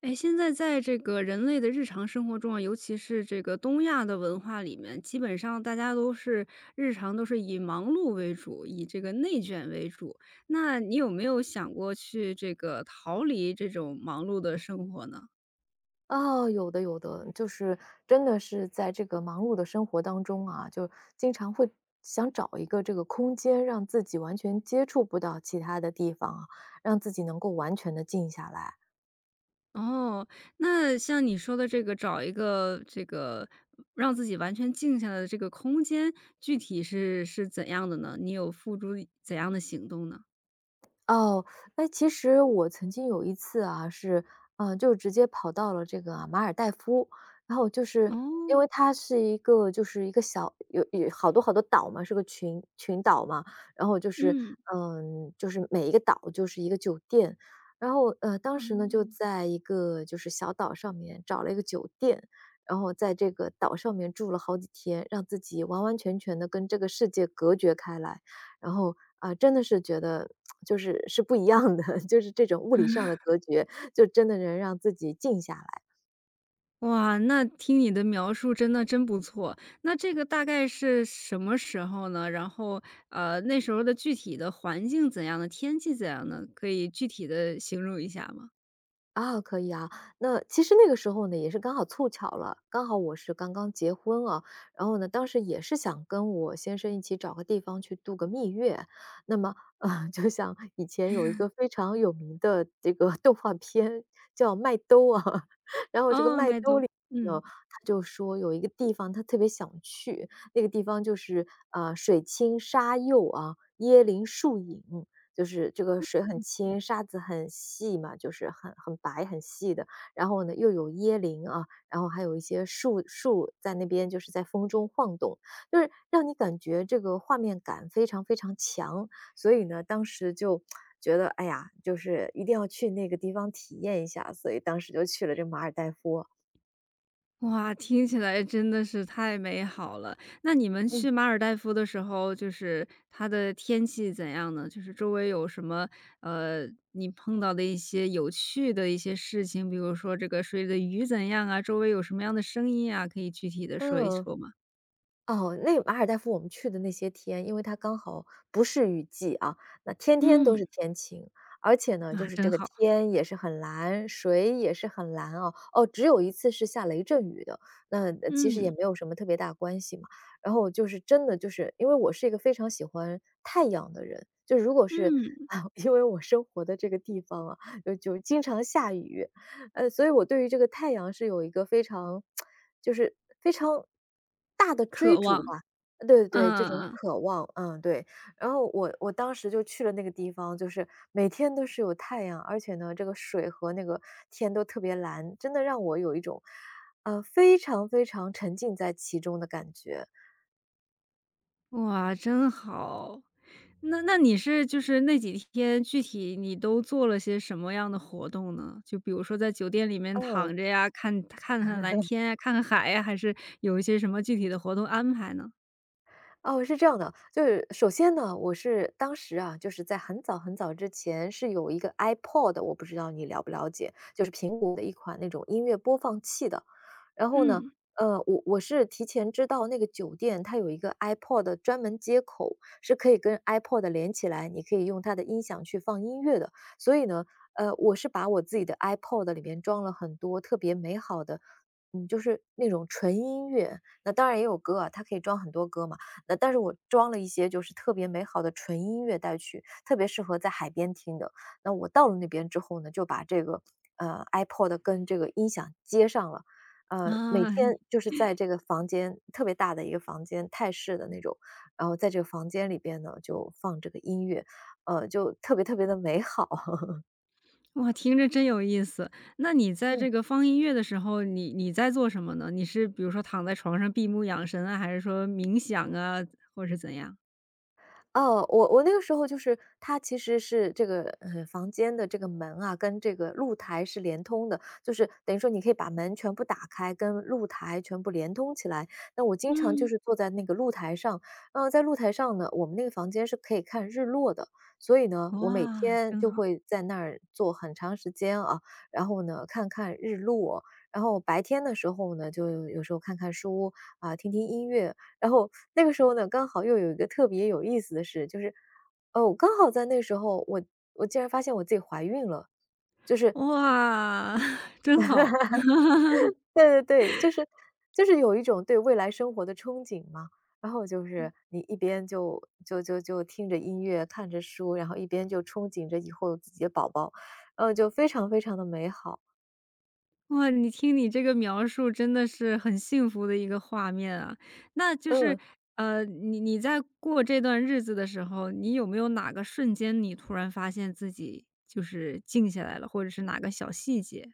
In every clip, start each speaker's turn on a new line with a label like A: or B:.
A: 哎，现在在这个人类的日常生活中啊，尤其是这个东亚的文化里面，基本上大家日常都是以忙碌为主，以这个内卷为主。那你有没有想过去这个逃离这种忙碌的生活呢？
B: 哦，有的有的，就是真的是在这个忙碌的生活当中啊，就经常会想找一个这个空间，让自己完全接触不到其他的地方啊，让自己能够完全的静下来。
A: 哦，那像你说的这个找一个这个让自己完全静下来的这个空间，具体是怎样的呢？你有付诸怎样的行动呢？
B: 哦，哎，其实我曾经有一次啊，是，就直接跑到了这个马尔代夫，然后就是
A: 哦，
B: 因为它是一个就是一个小有好多好多岛嘛，是个群岛嘛，然后就是
A: 嗯。
B: 就是每一个岛就是一个酒店，然后当时呢
A: 哦
B: 就在一个就是小岛上面找了一个酒店，然后在这个岛上面住了好几天，让自己完完全全的跟这个世界隔绝开来。然后啊，真的是觉得就是是不一样的，就是这种物理上的隔绝，就真的能让自己静下来。
A: 哇，那听你的描述真不错。那这个大概是什么时候呢？然后，那时候的具体的环境怎样呢？天气怎样呢？可以具体的形容一下吗？
B: 啊，可以啊。那其实那个时候呢，也是刚好凑巧了，刚好我是刚刚结婚啊，然后呢，当时也是想跟我先生一起找个地方去度个蜜月。那么，就像以前有一个非常有名的这个动画片叫《麦兜》啊，然后这个
A: 哦，
B: 麦
A: 麦
B: 兜
A: 兜，
B: 里呢，
A: 嗯。
B: 他就说有一个地方他特别想去，那个地方就是水清沙幼啊，椰林树影。就是这个水很清，沙子很细嘛，就是很白很细的。然后呢，又有椰林啊，然后还有一些树在那边，就是在风中晃动，就是让你感觉这个画面感非常非常强。所以呢，当时就觉得，哎呀，就是一定要去那个地方体验一下，所以当时就去了这马尔代夫啊。
A: 哇，听起来真的是太美好了。那你们
B: 嗯
A: 去马尔代夫的时候，就是它的天气怎样呢？就是周围有什么，呃，你碰到的一些有趣的一些事情，比如说这个水里的鱼怎样啊，周围有什么样的声音啊，可以具体的说一
B: 嗯。
A: 说吗？
B: 哦，那马尔代夫我们去的那些天，因为它刚好不是雨季啊，那天天都
A: 嗯，
B: 是天晴，而且呢，
A: 啊，
B: 就是
A: 真
B: 这个
A: 好，
B: 天也是很蓝，水也是很蓝啊。哦，只有一次是下雷阵雨的，那其实也
A: 嗯，
B: 没有什么特别大关系嘛。然后就是真的就是因为我是一个非常喜欢太阳的人，就如果是
A: 嗯，
B: 啊，因为我生活的这个地方啊，就经常下雨，呃，所以我对于这个太阳是有一个非常就是非常大的追
A: 渴
B: 逐
A: 望，
B: 吧。对
A: 嗯
B: 对，这
A: 嗯
B: 种
A: 嗯。
B: 渴望，嗯，对。然后我当时就去了那个地方，就是每天都是有太阳，而且呢，这个水和那个天都特别蓝，真的让我有一种，非常非常沉浸在其中的感觉。
A: 哇，真好。那你是就是那几天具体你都做了些什么样的活动呢？就比如说在酒店里面
B: 嗯。
A: 躺着呀，看看蓝天呀，看看海呀，还是有一些什么具体的活动安排呢？
B: 哦，是这样的，就是首先呢，我是当时啊，就是在很早很早之前是有一个 iPod 的，我不知道你了不了解，就是苹果的一款那种音乐播放器的。然后呢，
A: 嗯。
B: 我是提前知道那个酒店它有一个 iPod 的专门接口，是可以跟 iPod 连起来，你可以用它的音响去放音乐的。所以呢，我是把我自己的 iPod 里面装了很多特别美好的，就是那种纯音乐。那当然也有歌啊，它可以装很多歌嘛。那但是我装了一些就是特别美好的纯音乐带去，特别适合在海边听的。那我到了那边之后呢，就把这个，iPod 跟这个音响接上了。每
A: 啊，
B: 天就是在这个房间特别大的一个房间，泰式的那种，然后在这个房间里边呢，就放这个音乐，就特别特别的美好。
A: 哇，听着真有意思。那你在
B: 嗯。
A: 这个放音乐的时候，你在做什么呢？你是比如说躺在床上闭目养神啊，还是说冥想啊，或者是怎样？
B: 哦，我那个时候就是它其实是这个，房间的这个门啊，跟这个露台是连通的，就是等于说你可以把门全部打开，跟露台全部连通起来。那我经常就
A: 嗯。
B: 是坐在那个露台上，然后在露台上呢，我们那个房间是可以看日落的，所以呢，我每
A: 哇，
B: 天
A: 真
B: 就
A: 好，
B: 会在那儿坐很长时间啊，然后呢，看看日落。然后白天的时候呢，就有时候看看书啊，听听音乐，然后那个时候呢，刚好又有一个特别有意思的事，就是，我刚好在那时候，我竟然发现我自己怀孕了，就是
A: 哇，真好。
B: 对对对，就是有一种对未来生活的憧憬嘛。然后就是你一边就听着音乐，看着书，然后一边就憧憬着以后自己的宝宝，然后就非常非常的美好，
A: 哇，你听你这个描述真的是很幸福的一个画面啊。那就是，
B: 嗯。
A: 你在过这段日子的时候，你有没有哪个瞬间你突然发现自己就是静下来了，或者是哪个小细节？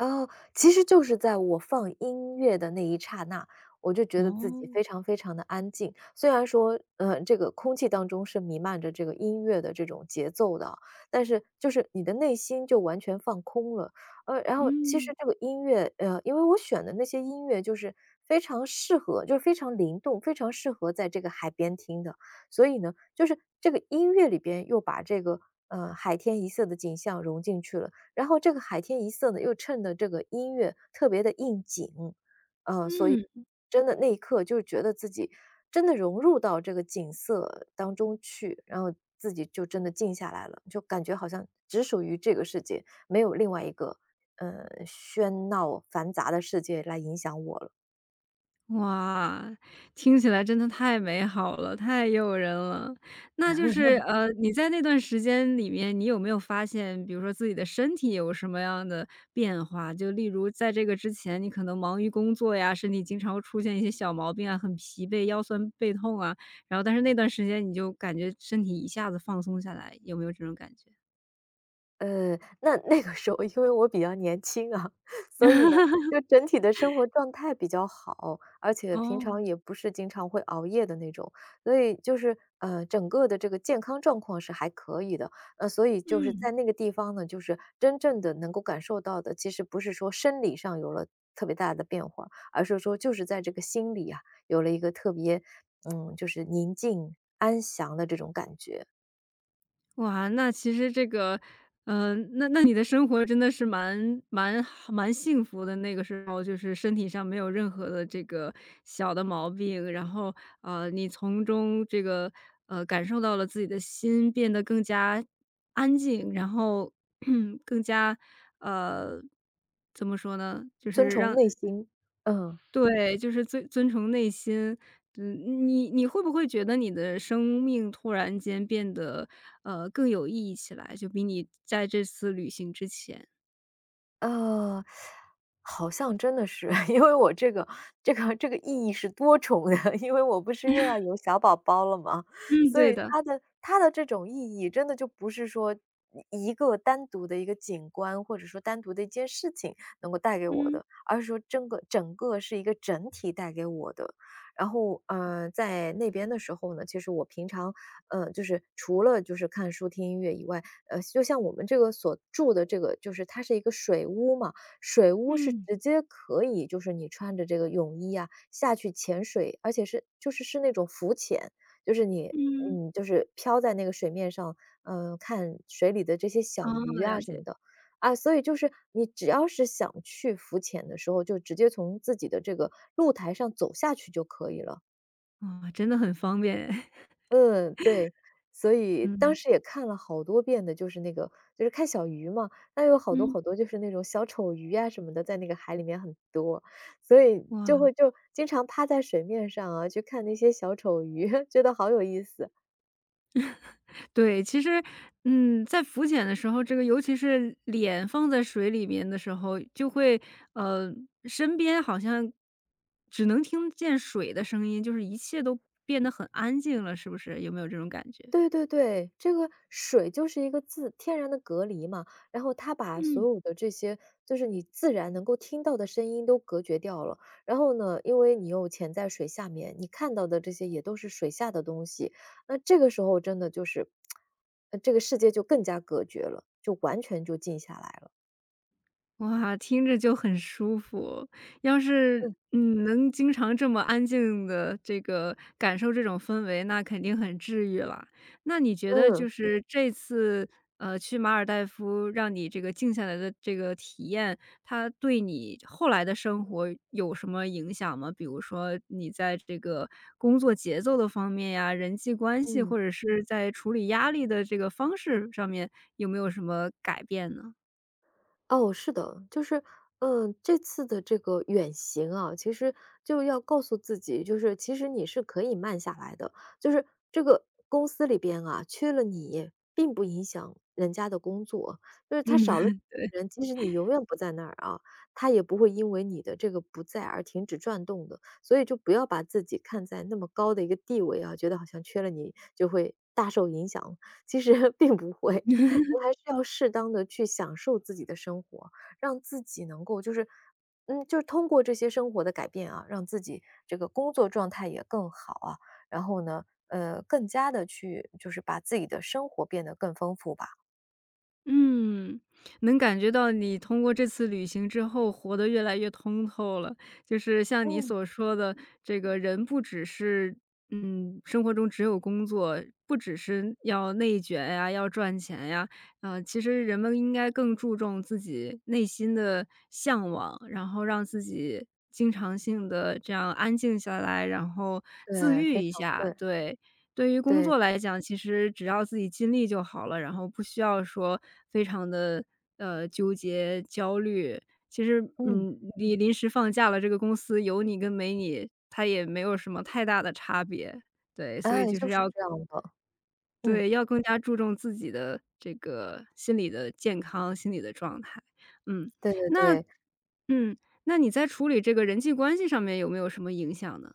B: 哦，其实就是在我放音乐的那一刹那，我就觉得自己
A: 哦，
B: 非常非常的安静。虽然说，这个空气当中是弥漫着这个音乐的这种节奏的啊，但是就是你的内心就完全放空了。然后其
A: 嗯。
B: 实这个音乐，因为我选的那些音乐就是非常适合就是非常灵动，非常适合在这个海边听的。所以呢，就是这个音乐里边又把这个，海天一色的景象融进去了。然后这个海天一色呢，又衬得这个音乐特别的应景，
A: 嗯。
B: 真的那一刻就觉得自己真的融入到这个景色当中去，然后自己就真的静下来了，就感觉好像只属于这个世界，没有另外一个，喧闹繁杂的世界来影响我了。
A: 哇，听起来真的太美好了，太诱人了。那就是，你在那段时间里面，你有没有发现，比如说自己的身体有什么样的变化？就例如在这个之前，你可能忙于工作呀，身体经常会出现一些小毛病啊，很疲惫、腰酸背痛啊，然后但是那段时间你就感觉身体一下子放松下来，有没有这种感觉？
B: 那那个时候因为我比较年轻啊，所以呢，就整体的生活状态比较好，而且平
A: 哦。
B: 常也不是经常会熬夜的那种，所以就是整个的这个健康状况是还可以的。所以就是
A: 嗯。
B: 在那个地方呢，就是真正的能够感受到的，其实不是说生理上有了特别大的变化，而是说就是在这个心里啊，有了一个特别嗯，就是宁静安详的这种感觉，
A: 哇，那其实这个，那你的生活真的是蛮好蛮幸福的。那个时候就是身体上没有任何的这个小的毛病，然后，你从中这个，感受到了自己的心变得更加安静，然后 更加，呃，怎么说呢？就
B: 遵
A: 是
B: 从
A: 让
B: 内心，嗯。
A: 对，就是遵从内心。嗯，你会不会觉得你的生命突然间变得，更有意义起来，就比你在这次旅行之前？
B: 呃，好像真的是，因为我这个这个意义是多重的，因为我不是又要有小宝宝了嘛，
A: 嗯，
B: 所
A: 对
B: 以
A: 的，
B: 它的这种意义真的就不是说一个单独的一个景观，或者说单独的一件事情能够带给我
A: 嗯，
B: 的，而是说整个是一个整体带给我的。然后，在那边的时候呢，其实我平常，就是除了就是看书、听音乐以外，就像我们这个所住的这个，就是它是一个水屋嘛，水屋是
A: 嗯，
B: 直接可以，就是你穿着这个泳衣啊下去潜水，而且是就是那种浮潜，就是你
A: 嗯，
B: 嗯，就是飘在那个水面上，嗯看水里的这些
A: 哦，
B: 小鱼
A: 了
B: 啊什
A: 解，
B: 么的。啊，所以就是你只要是想去浮潜的时候，就直接从自己的这个露台上走下去就可以了。
A: 啊，真的很方便哎
B: 嗯，对，所 以当
A: 嗯，
B: 时也看了好多遍的，就是那个就是看小鱼嘛，那有好多
A: 嗯，
B: 好多就是那种小丑鱼啊什么的，在那个海里面很多，所以就
A: 哇。
B: 会就经常趴在水面上啊，去看那些小丑鱼，觉得好有意思。
A: 对，其实，嗯，在浮潜的时候，这个尤其是脸放在水里面的时候，就会，呃，身边好像只能听见水的声音，就是一切都变得很安静了，是不是？有没有这种感觉？
B: 对对对，这个水就是一个自天然的隔离嘛，然后它把所
A: 嗯。
B: 有的这些，就是你自然能够听到的声音都隔绝掉了。然后呢，因为你又潜在水下面，你看到的这些也都是水下的东西，那这个时候真的就是，这个世界就更加隔绝了，就完全就静下来了。
A: 哇，听着就很舒服。要是，
B: 嗯
A: 嗯，能经常这么安静的这个感受这种氛围，那肯定很治愈了。那你觉得就
B: 嗯
A: 对是这次，去马尔代夫让你这个静下来的这个体验，它对你后来的生活有什么影响吗？比如说你在这个工作节奏的方面呀，人际关系，
B: 嗯。
A: 或者是在处理压力的这个方式上面，有没有什么改变呢？
B: 哦，是的，就是，嗯，这次的这个远行啊，其实就要告诉自己，就是其实你是可以慢下来的，就是这个公司里边啊，缺了你，并不影响人家的工作，就是他
A: 嗯，
B: 少了 一
A: 对。
B: 个人，即使你永远不在那儿啊，他也不会因为你的这个不在而停止转动的，所以就不要把自己看在那么高的一个地位啊，觉得好像缺了你就会大受影响，其实并不会。我们还是要适当的去享受自己的生活，让自己能够就是嗯，就是通过这些生活的改变啊，让自己这个工作状态也更好啊，然后呢，更加的去就是把自己的生活变得更丰富吧。
A: 嗯，能感觉到你通过这次旅行之后活得越来越通透了。就是像你
B: 嗯。
A: 所说的，这个人不只是生活中只有工作，不只是要内卷呀，要赚钱呀，嗯，其实人们应该更注重自己内心的向往，然后让自己经常性的这样安静下来，然后自
B: 对，
A: 愈
B: 非
A: 一
B: 常
A: 下，
B: 对，
A: 对。对于工
B: 对，
A: 作来讲，其实只要自己尽力就好了，然后不需要说非常的纠结、焦虑。其实，
B: 嗯，
A: 嗯，你临时放假了，这个公司有你跟没你，它也没有什么太大的差别。对，所以
B: 哎，
A: 就是
B: 就是
A: 要
B: 这样的，嗯，
A: 对，要更加注重自己的这个心理的健康、心理的状态。嗯，
B: 对对
A: 那
B: 对。
A: 嗯，那你在处理这个人际关系上面有没有什么影响呢？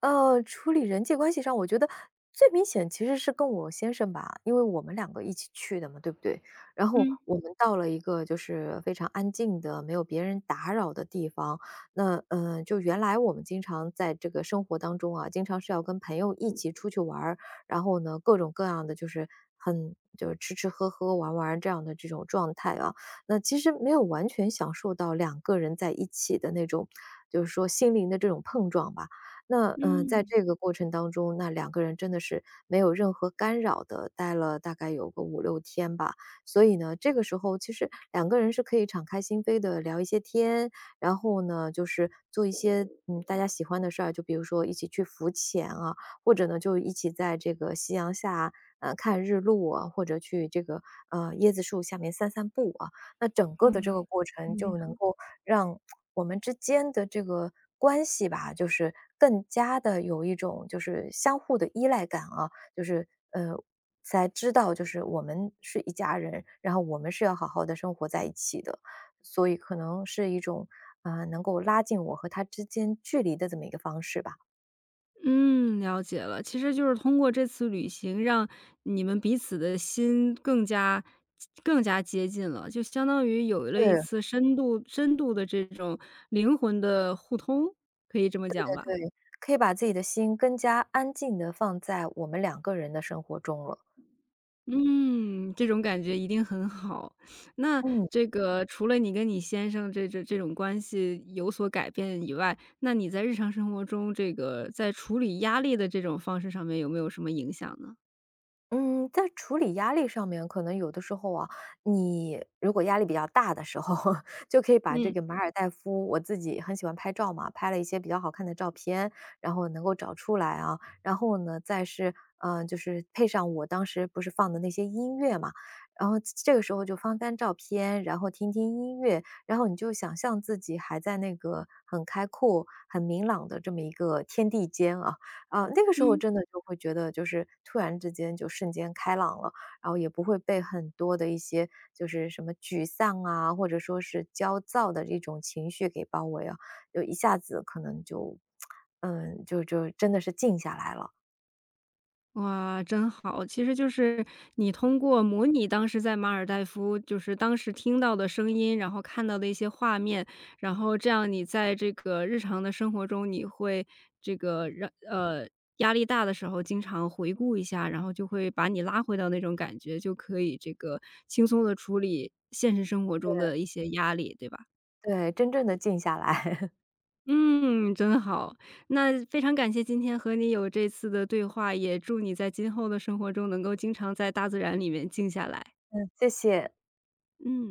B: 处理人际关系上，我觉得最明显其实是跟我先生吧，因为我们两个一起去的嘛，对不对？然后
A: 嗯
B: 我们到了一个就是非常安静的、没有别人打扰的地方。那嗯、就原来我们经常在这个生活当中啊，经常是要跟朋友一起出去玩儿，然后呢，各种各样的就是很就是吃吃喝喝玩玩这样的这种状态啊。那其实没有完全享受到两个人在一起的那种，就是说心灵的这种碰撞吧。那嗯，在
A: 嗯，
B: 这个过程当中，那两个人真的是没有任何干扰的，待了大概有个5、6天吧。所以呢，这个时候其实两个人是可以敞开心扉的聊一些天，然后呢，就是做一些，嗯，大家喜欢的事儿，就比如说一起去浮潜啊，或者呢，就一起在这个夕阳下，看日落啊，或者去这个，椰子树下面散散步啊。那整个的这
A: 嗯。
B: 个过程就能够让我们之间的这个关系吧，就是更加的有一种就是相互的依赖感啊，就是呃，才知道就是我们是一家人，然后我们是要好好的生活在一起的。所以可能是一种，啊，能够拉近我和他之间距离的这么一个方式吧。
A: 嗯，了解了。其实就是通过这次旅行，让你们彼此的心更加接近了，就相当于有了一
B: 对
A: 次深度深度的这种灵魂的互通，可以这么
B: 对
A: 讲吧？
B: 对对，可以把自己的心更加安静的放在我们两个人的生活中了。
A: 嗯，这种感觉一定很好。那
B: 嗯。
A: 这个除了你跟你先生这种关系有所改变以外，那你在日常生活中，这个在处理压力的这种方式上面有没有什么影响呢？
B: 嗯，在处理压力上面，可能有的时候啊，你如果压力比较大的时候，就可以把这
A: 嗯。
B: 个马尔代夫，我自己很喜欢拍照嘛，拍了一些比较好看的照片，然后能够找出来啊，然后呢，再是嗯，就是配上我当时不是放的那些音乐嘛，然后这个时候就翻翻照片，然后听听音乐，然后你就想象自己还在那个很开阔、很明朗的这么一个天地间啊，啊，那个时候
A: 嗯。
B: 真的就会觉得，就是突然之间就瞬间开朗了，然后也不会被很多的一些就是什么沮丧啊，或者说是焦躁的这种情绪给包围啊，就一下子可能就，嗯，就真的是静下来了。
A: 哇，真好！其实就是你通过模拟当时在马尔代夫，就是当时听到的声音，然后看到的一些画面，然后这样你在这个日常的生活中，你会这个让压力大的时候经常回顾一下，然后就会把你拉回到那种感觉，就可以这个轻松的处理现实生活中的一些压力，对吧？
B: 对，真正的静下来。
A: 嗯，真好。那非常感谢今天和你有这次的对话，也祝你在今后的生活中能够经常在大自然里面静下来。
B: 嗯，谢谢。
A: 嗯。